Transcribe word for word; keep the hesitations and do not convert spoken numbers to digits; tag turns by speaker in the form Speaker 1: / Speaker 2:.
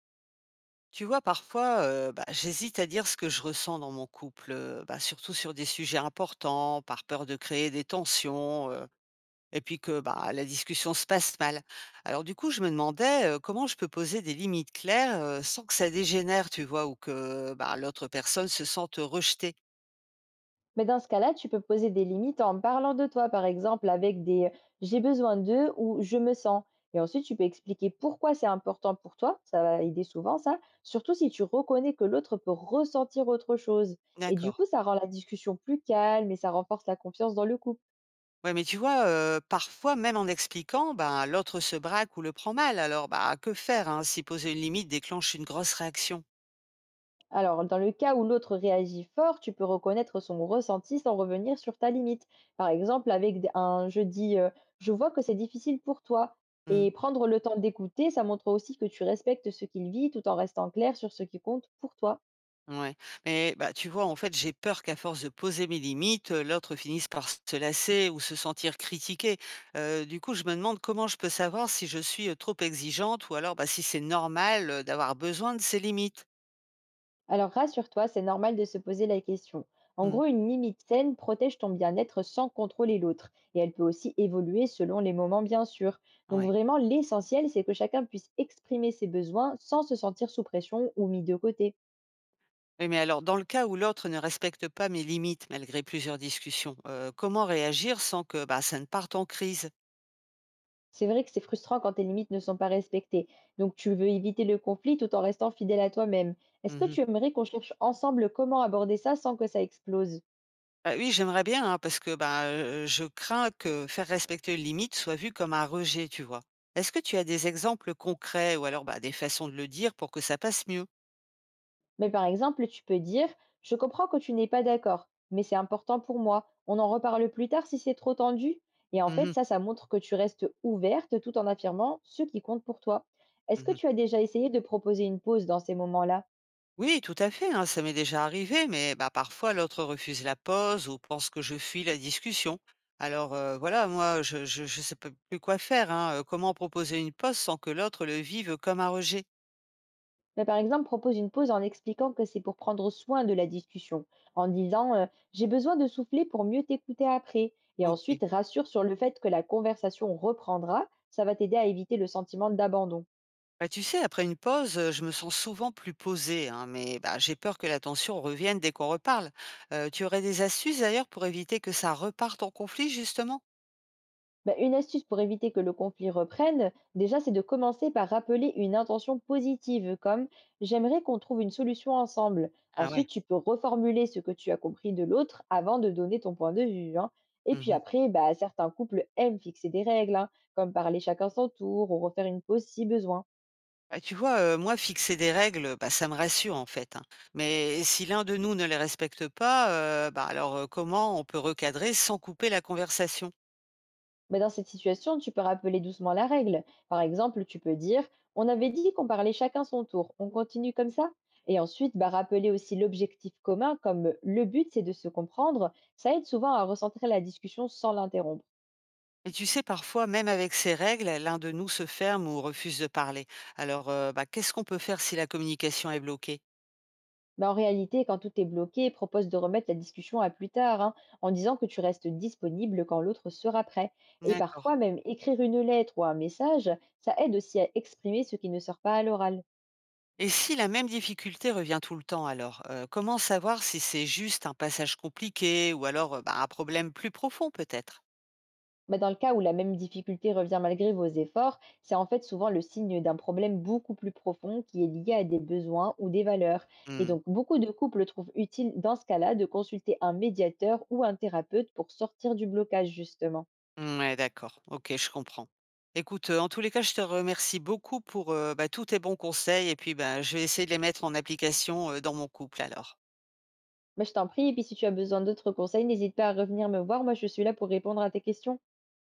Speaker 1: Tu vois, parfois, heu, bah, j'hésite à dire ce que je ressens dans mon couple, heu, bah, surtout sur des sujets importants, par peur de créer des tensions, heu, et puis que, bah, la discussion se passe mal. Alors du coup, je me demandais, heu, comment je peux poser des limites claires, heu, sans que ça dégénère, tu vois? Ou que, bah, l'autre personne se sente rejetée.
Speaker 2: Mais dans ce cas-là, tu peux poser des limites en parlant de toi, par exemple, avec des euh, j'ai besoin d'eux ou je me sens. Et ensuite, tu peux expliquer pourquoi c'est important pour toi. Ça va aider souvent, ça. Surtout si tu reconnais que l'autre peut ressentir autre chose. Et du
Speaker 1: D'accord.
Speaker 2: coup, ça rend la discussion plus calme et ça renforce la confiance dans le couple.
Speaker 1: Ouais, mais tu vois, heu, parfois, même en expliquant, ben, l'autre se braque ou le prend mal. Alors, bah, que faire, hein, si poser une limite déclenche une grosse réaction?
Speaker 2: Alors, dans le cas où l'autre réagit fort, tu peux reconnaître son ressenti sans revenir sur ta limite. Par exemple, avec des- un je dis euh, je vois que c'est difficile pour toi. Et prendre le temps d'écouter, ça montre aussi que tu respectes ce qu'il vit tout en restant clair sur ce qui compte pour toi.
Speaker 1: Ouais, mais bah, tu vois, en fait, j'ai peur qu'à force de poser mes limites, euh, l'autre finisse par se lasser ou se sentir critiqué. Euh, du coup, je me demande comment je peux savoir si je suis euh, trop exigeante ou alors bah, si c'est normal euh, d'avoir besoin de ces limites.
Speaker 2: Alors rassure-toi, c'est normal de se poser la question. En
Speaker 1: Hmm.
Speaker 2: gros, une limite saine protège ton bien-être sans contrôler l'autre. Et elle peut aussi évoluer selon les moments, bien sûr. Donc
Speaker 1: Ouais.
Speaker 2: vraiment, l'essentiel, c'est que chacun puisse exprimer ses besoins sans se sentir sous pression ou mis de côté.
Speaker 1: Oui, mais alors, dans le cas où l'autre ne respecte pas mes limites malgré plusieurs discussions, euh, comment réagir sans que bah, ça ne parte en crise?
Speaker 2: C'est vrai que c'est frustrant quand tes limites ne sont pas respectées. Donc tu veux éviter le conflit tout en restant fidèle à toi-même. Est-ce que tu aimerais qu'on cherche ensemble comment aborder ça sans que ça explose?
Speaker 1: Heu, oui, j'aimerais bien, hein, parce que, bah, heu, je crains que faire respecter les limites soit vu comme un rejet, tu vois? Est-ce que tu as des exemples concrets ou alors, bah, des façons de le dire pour que ça passe mieux?
Speaker 2: Mais par exemple, tu peux dire, je comprends que tu n'es pas d'accord, mais c'est important pour moi. On en reparle plus tard si c'est trop tendu. Et en
Speaker 1: Mmh
Speaker 2: fait,
Speaker 1: mh.
Speaker 2: ça, ça montre que tu restes ouverte tout en affirmant ce qui compte pour toi. Est-ce que
Speaker 1: Mmh.
Speaker 2: tu as déjà essayé de proposer une pause dans ces moments-là?
Speaker 1: Oui, tout à fait, hein, ça m'est déjà arrivé, mais bah, parfois l'autre refuse la pause ou pense que je fuis la discussion. Alors, heu, voilà, moi, je ne je je sais p plus quoi faire, hein, heu, comment proposer une pause sans que l'autre le vive comme un rejet?
Speaker 2: Mais par exemple, propose une pause en expliquant que c'est pour prendre soin de la discussion, en disant euh, j'ai besoin de souffler pour mieux t'écouter après. Et
Speaker 1: OK.
Speaker 2: ensuite, rassure sur le fait que la conversation reprendra, ça va t'aider à éviter le sentiment d'abandon.
Speaker 1: Bah, tu sais, après une pause, heu, je me sens souvent plus posée, hein, mais bah, j'ai peur que la tension revienne dès qu'on reparle. Heu, tu aurais des astuces d'ailleurs pour éviter que ça reparte en conflit justement?
Speaker 2: Bah, une astuce pour éviter que le conflit reprenne, déjà, c'est de commencer par rappeler une intention positive, comme j'aimerais qu'on trouve une solution ensemble.
Speaker 1: Ah ouais.
Speaker 2: Ensuite, tu peux reformuler ce que tu as compris de l'autre avant de donner ton point de vue, hein. Et puis
Speaker 1: Mmh.
Speaker 2: après, bah, certains couples aiment fixer des règles, hein, comme parler chacun son tour ou refaire une pause si besoin.
Speaker 1: Bah, tu vois, heu, moi fixer des règles, bah, ça me rassure en fait, hein. Mais si l'un de nous ne les respecte pas, heu, bah, alors, heu, comment on peut recadrer sans couper la conversation?
Speaker 2: Mais dans cette situation, tu peux rappeler doucement la règle. Par exemple, tu peux dire: on avait dit qu'on parlait chacun son tour, on continue comme ça. Et ensuite, bah, rappeler aussi l'objectif commun, comme le but c'est de se comprendre, ça aide souvent à recentrer la discussion sans l'interrompre.
Speaker 1: Et tu sais, parfois même avec ces règles, l'un de nous se ferme ou refuse de parler. Alors, heu, bah, qu'est-ce qu'on peut faire si la communication est bloquée?
Speaker 2: Mais en réalité, quand tout est bloqué, propose de remettre la discussion à plus tard, hein, en disant que tu restes disponible quand l'autre sera prêt. Et
Speaker 1: D'accord.
Speaker 2: parfois, même écrire une lettre ou un message, ça aide aussi à exprimer ce qui ne sort pas à l'oral.
Speaker 1: Et si la même difficulté revient tout le temps alors, heu, comment savoir si c'est juste un passage compliqué ou alors, heu, bah, un problème plus profond peut-être?
Speaker 2: Bah, dans le cas où la même difficulté revient malgré vos efforts, c'est en fait souvent le signe d'un problème beaucoup plus profond qui est lié à des besoins ou des valeurs. Et
Speaker 1: Mmh.
Speaker 2: donc beaucoup de couples trouvent utile dans ce cas-là de consulter un médiateur ou un thérapeute pour sortir du blocage justement.
Speaker 1: Mouais, d'accord. OK, je comprends. Écoute, heu, en tous les cas, je te remercie beaucoup pour, heu, bah, tous tes bons conseils et puis, bah, je vais essayer de les mettre en application, heu, dans mon couple alors.
Speaker 2: Bah, je t'en prie, et puis si tu as besoin d'autres conseils, n'hésite pas à revenir me voir, moi je suis là pour répondre à tes questions.